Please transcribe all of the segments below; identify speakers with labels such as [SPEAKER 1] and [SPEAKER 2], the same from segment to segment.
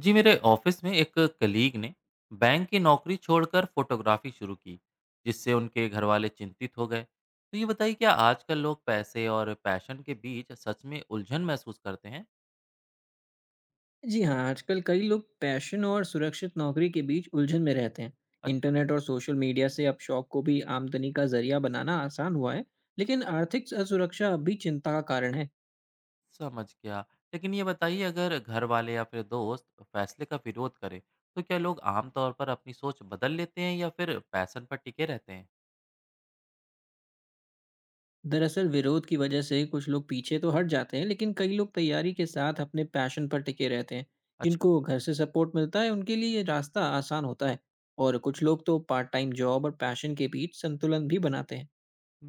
[SPEAKER 1] जी मेरे ऑफिस में एक कलीग ने बैंक की नौकरी छोड़कर फोटोग्राफी शुरू की, जिससे उनके घर वाले चिंतित हो गए। तो ये बताइए, क्या आजकल लोग पैसे और पैशन के बीच सच में उलझन महसूस करते हैं?
[SPEAKER 2] जी हाँ, आजकल कई लोग पैशन और सुरक्षित नौकरी के बीच उलझन में रहते हैं।
[SPEAKER 1] अच्छा,
[SPEAKER 2] इंटरनेट और सोशल मीडिया से अब शौक को भी आमदनी का जरिया बनाना आसान हुआ है, लेकिन आर्थिक असुरक्षा अब भी चिंता का कारण है।
[SPEAKER 1] समझ गया। लेकिन ये बताइए, अगर घर वाले या फिर दोस्त फैसले का विरोध करें, तो क्या लोग आमतौर पर अपनी सोच बदल लेते हैं या फिर पैशन पर टिके रहते हैं?
[SPEAKER 2] दरअसल विरोध की वजह से कुछ लोग पीछे तो हट जाते हैं, लेकिन कई लोग तैयारी के साथ अपने पैशन पर टिके रहते हैं। जिनको घर से सपोर्ट मिलता है, उनके लिए ये रास्ता आसान होता है। और कुछ लोग तो पार्ट टाइम जॉब और पैशन के बीच संतुलन भी बनाते हैं।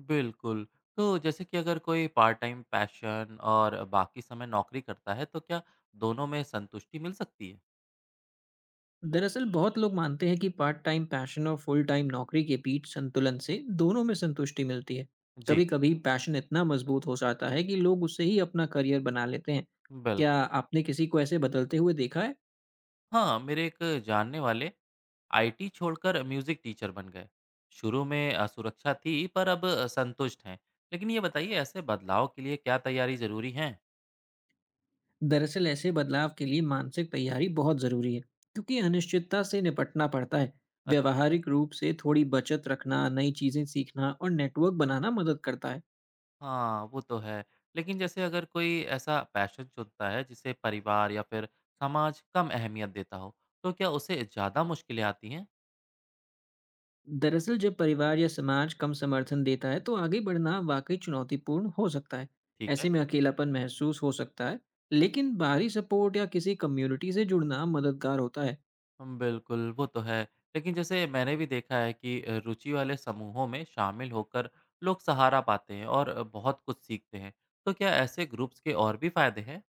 [SPEAKER 1] बिल्कुल। तो जैसे कि अगर कोई पार्ट टाइम पैशन और बाकी समय नौकरी करता है, तो क्या दोनों में संतुष्टि मिल सकती है?
[SPEAKER 2] दरअसल बहुत लोग मानते हैं कि पार्ट टाइम पैशन और फुल टाइम नौकरी के बीच संतुलन से दोनों में संतुष्टि मिलती है।
[SPEAKER 1] जी,
[SPEAKER 2] कभी कभी पैशन इतना मजबूत हो जाता है कि लोग उसे ही अपना करियर बना लेते हैं। क्या
[SPEAKER 1] बिल्कुल।
[SPEAKER 2] आपने किसी को ऐसे बदलते हुए देखा है?
[SPEAKER 1] हाँ, मेरे एक जानने वाले आईटी छोड़कर म्यूज़िक टीचर बन गए। शुरू में असुरक्षा थी, पर अब संतुष्ट हैं। लेकिन ये बताइए, ऐसे बदलाव के लिए क्या तैयारी ज़रूरी है?
[SPEAKER 2] दरअसल ऐसे बदलाव के लिए मानसिक तैयारी बहुत ज़रूरी है क्योंकि अनिश्चितता से निपटना पड़ता है।
[SPEAKER 1] अच्छा,
[SPEAKER 2] व्यवहारिक रूप से थोड़ी बचत रखना, नई चीज़ें सीखना और नेटवर्क बनाना मदद करता है।
[SPEAKER 1] हाँ, वो तो है। लेकिन जैसे अगर कोई ऐसा पैशन चुनता है जिसे परिवार या फिर समाज कम अहमियत देता हो, तो क्या उसे ज़्यादा मुश्किलें आती हैं?
[SPEAKER 2] दरअसल जब परिवार या समाज कम समर्थन देता है तो आगे बढ़ना वाकई चुनौतीपूर्ण हो सकता है।
[SPEAKER 1] ठीक
[SPEAKER 2] ऐसे
[SPEAKER 1] है।
[SPEAKER 2] में अकेलापन महसूस हो सकता है, लेकिन बाहरी सपोर्ट या किसी कम्युनिटी से जुड़ना मददगार होता है।
[SPEAKER 1] बिल्कुल, वो तो है। लेकिन जैसे मैंने भी देखा है कि रुचि वाले समूहों में शामिल होकर लोग सहारा पाते हैं और बहुत कुछ सीखते हैं। तो क्या ऐसे ग्रुप्स के और भी फ़ायदे हैं?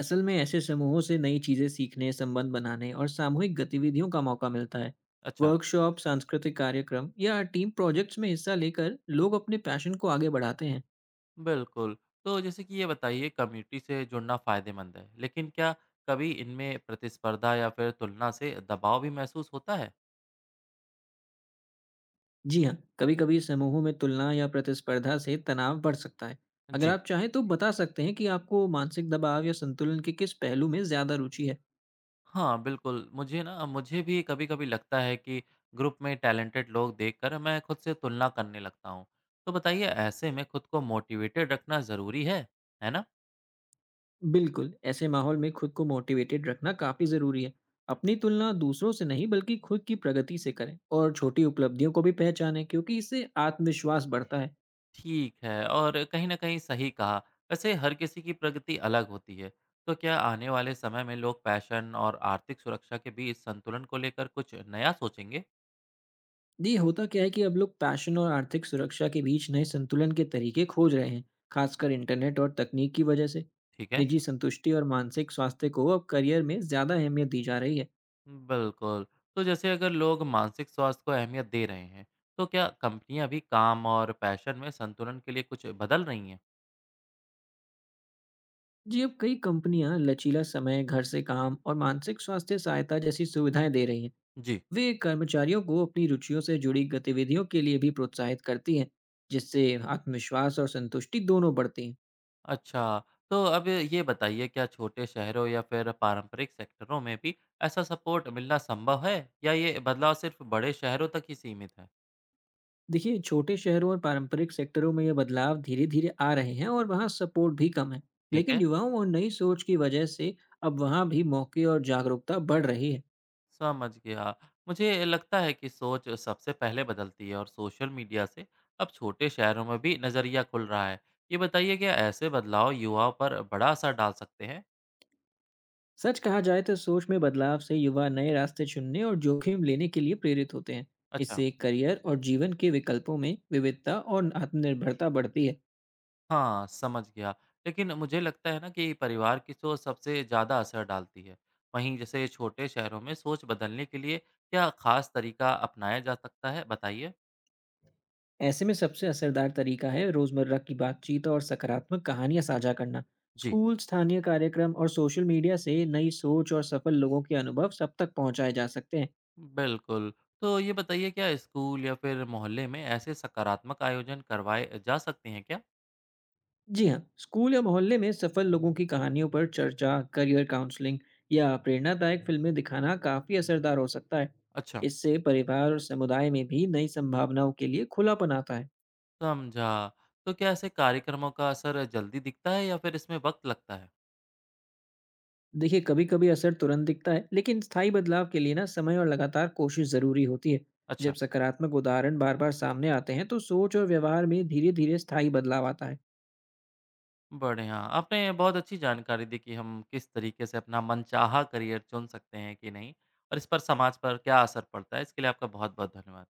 [SPEAKER 2] असल में ऐसे समूहों से नई चीज़ें सीखने, संबंध बनाने और सामूहिक गतिविधियों का मौका मिलता है।
[SPEAKER 1] अच्छा,
[SPEAKER 2] वर्कशॉप, सांस्कृतिक कार्यक्रम या टीम प्रोजेक्ट्स में हिस्सा लेकर लोग अपने पैशन को आगे बढ़ाते हैं।
[SPEAKER 1] बिल्कुल। तो जैसे कि ये बताइए, कम्युनिटी से जुड़ना फ़ायदेमंद है, लेकिन क्या कभी इनमें प्रतिस्पर्धा या फिर तुलना से दबाव भी महसूस होता है?
[SPEAKER 2] जी हाँ, कभी-कभी समूहों में तुलना या प्रतिस्पर्धा से तनाव बढ़ सकता है। अगर
[SPEAKER 1] जी।
[SPEAKER 2] आप चाहें तो बता सकते हैं कि आपको मानसिक दबाव या संतुलन के किस पहलू में ज़्यादा रुचि है।
[SPEAKER 1] हाँ, बिल्कुल। मुझे भी कभी-कभी लगता है कि ग्रुप में टैलेंटेड लोग देखकर मैं खुद से तुलना करने लगता हूँ। तो बताइए, ऐसे में खुद को मोटिवेटेड रखना ज़रूरी है ना?
[SPEAKER 2] बिल्कुल, ऐसे माहौल में खुद को मोटिवेटेड रखना काफ़ी ज़रूरी है। अपनी तुलना दूसरों से नहीं बल्कि खुद की प्रगति से करें और
[SPEAKER 1] अच्छा।
[SPEAKER 2] छोटी उपलब्धियों को भी पहचानें क्योंकि इससे आत्मविश्वास बढ़ता है।
[SPEAKER 1] ठीक है, और कहीं न कहीं सही कहा। वैसे हर किसी की प्रगति अलग होती है। तो क्या आने वाले समय में लोग पैशन और आर्थिक सुरक्षा के बीच संतुलन को लेकर कुछ नया सोचेंगे?
[SPEAKER 2] जी, होता क्या है कि अब लोग पैशन और आर्थिक सुरक्षा के बीच नए संतुलन के तरीके खोज रहे हैं, खासकर इंटरनेट और तकनीक की वजह से।
[SPEAKER 1] ठीक है।
[SPEAKER 2] निजी संतुष्टि और मानसिक स्वास्थ्य को अब करियर में ज़्यादा अहमियत दी जा रही है।
[SPEAKER 1] बिल्कुल। तो जैसे अगर लोग मानसिक स्वास्थ्य को अहमियत दे रहे हैं, तो क्या कंपनियां भी काम और पैशन में संतुलन के लिए कुछ बदल रही हैं?
[SPEAKER 2] जी, अब कई कंपनियां लचीला समय, घर से काम और मानसिक स्वास्थ्य सहायता जैसी सुविधाएं दे रही हैं।
[SPEAKER 1] जी,
[SPEAKER 2] वे कर्मचारियों को अपनी रुचियों से जुड़ी गतिविधियों के लिए भी प्रोत्साहित करती हैं, जिससे आत्मविश्वास और संतुष्टि दोनों बढ़ती हैं।
[SPEAKER 1] अच्छा, तो अब ये बताइए, क्या छोटे शहरों या फिर पारंपरिक सेक्टरों में भी ऐसा सपोर्ट मिलना संभव है, या ये बदलाव सिर्फ बड़े शहरों तक ही सीमित है?
[SPEAKER 2] देखिए, छोटे शहरों और पारंपरिक सेक्टरों में ये बदलाव धीरे धीरे आ रहे हैं और वहाँ सपोर्ट भी कम है।
[SPEAKER 1] ठीक
[SPEAKER 2] लेकिन
[SPEAKER 1] है।
[SPEAKER 2] युवाओं और नई सोच की वजह से अब वहाँ भी मौके और जागरूकता बढ़ रही है।
[SPEAKER 1] समझ गया। मुझे लगता है कि सोच सबसे पहले बदलती है, और सोशल मीडिया से अब छोटे शहरों में भी नज़रिया खुल रहा है। ये बताइए, क्या ऐसे बदलाव युवाओं पर बड़ा असर डाल सकते हैं?
[SPEAKER 2] सच कहा जाए तो सोच में बदलाव से युवा नए रास्ते चुनने और जोखिम लेने के लिए प्रेरित होते हैं।
[SPEAKER 1] अच्छा,
[SPEAKER 2] इससे करियर और जीवन के विकल्पों में विविधता और आत्मनिर्भरता बढ़ती है।
[SPEAKER 1] हाँ, समझ गया। लेकिन मुझे लगता है ना कि परिवार की सोच सबसे ज़्यादा असर डालती है। वहीं जैसे छोटे शहरों में सोच बदलने के लिए क्या खास तरीका अपनाया जा सकता है? बताइए।
[SPEAKER 2] ऐसे में सबसे असरदार तरीका है रोजमर्रा की बातचीत और सकारात्मक कहानियां साझा करना।
[SPEAKER 1] जी,
[SPEAKER 2] स्कूल, स्थानीय कार्यक्रम और सोशल मीडिया से नई सोच और सफल लोगों के अनुभव सब तक पहुंचाए जा सकते हैं।
[SPEAKER 1] बिल्कुल। तो ये बताइए, क्या स्कूल या फिर मोहल्ले में ऐसे सकारात्मक आयोजन करवाए जा सकते हैं क्या?
[SPEAKER 2] जी हाँ, स्कूल या मोहल्ले में सफल लोगों की कहानियों पर चर्चा, करियर काउंसलिंग या प्रेरणादायक फिल्में दिखाना काफी असरदार हो सकता है।
[SPEAKER 1] अच्छा,
[SPEAKER 2] इससे परिवार और समुदाय में भी नई संभावनाओं के लिए खुलापन आता है।
[SPEAKER 1] समझा। तो क्या ऐसे कार्यक्रमों का असर जल्दी दिखता है या फिर इसमें वक़्त लगता है?
[SPEAKER 2] देखिए, कभी-कभी असर तुरंत दिखता है, लेकिन स्थायी बदलाव के लिए ना समय और लगातार कोशिश ज़रूरी होती है।
[SPEAKER 1] अच्छा,
[SPEAKER 2] जब सकारात्मक उदाहरण बार-बार सामने आते हैं, तो सोच और व्यवहार में धीरे-धीरे स्थायी बदलाव आता है।
[SPEAKER 1] बढ़िया। आपने बहुत अच्छी जानकारी दी कि हम किस तरीके से अपना मनचाहा करियर चुन सकते हैं कि नहीं, और इस पर समाज पर क्या असर पड़ता है। इसके लिए आपका बहुत-बहुत धन्यवाद।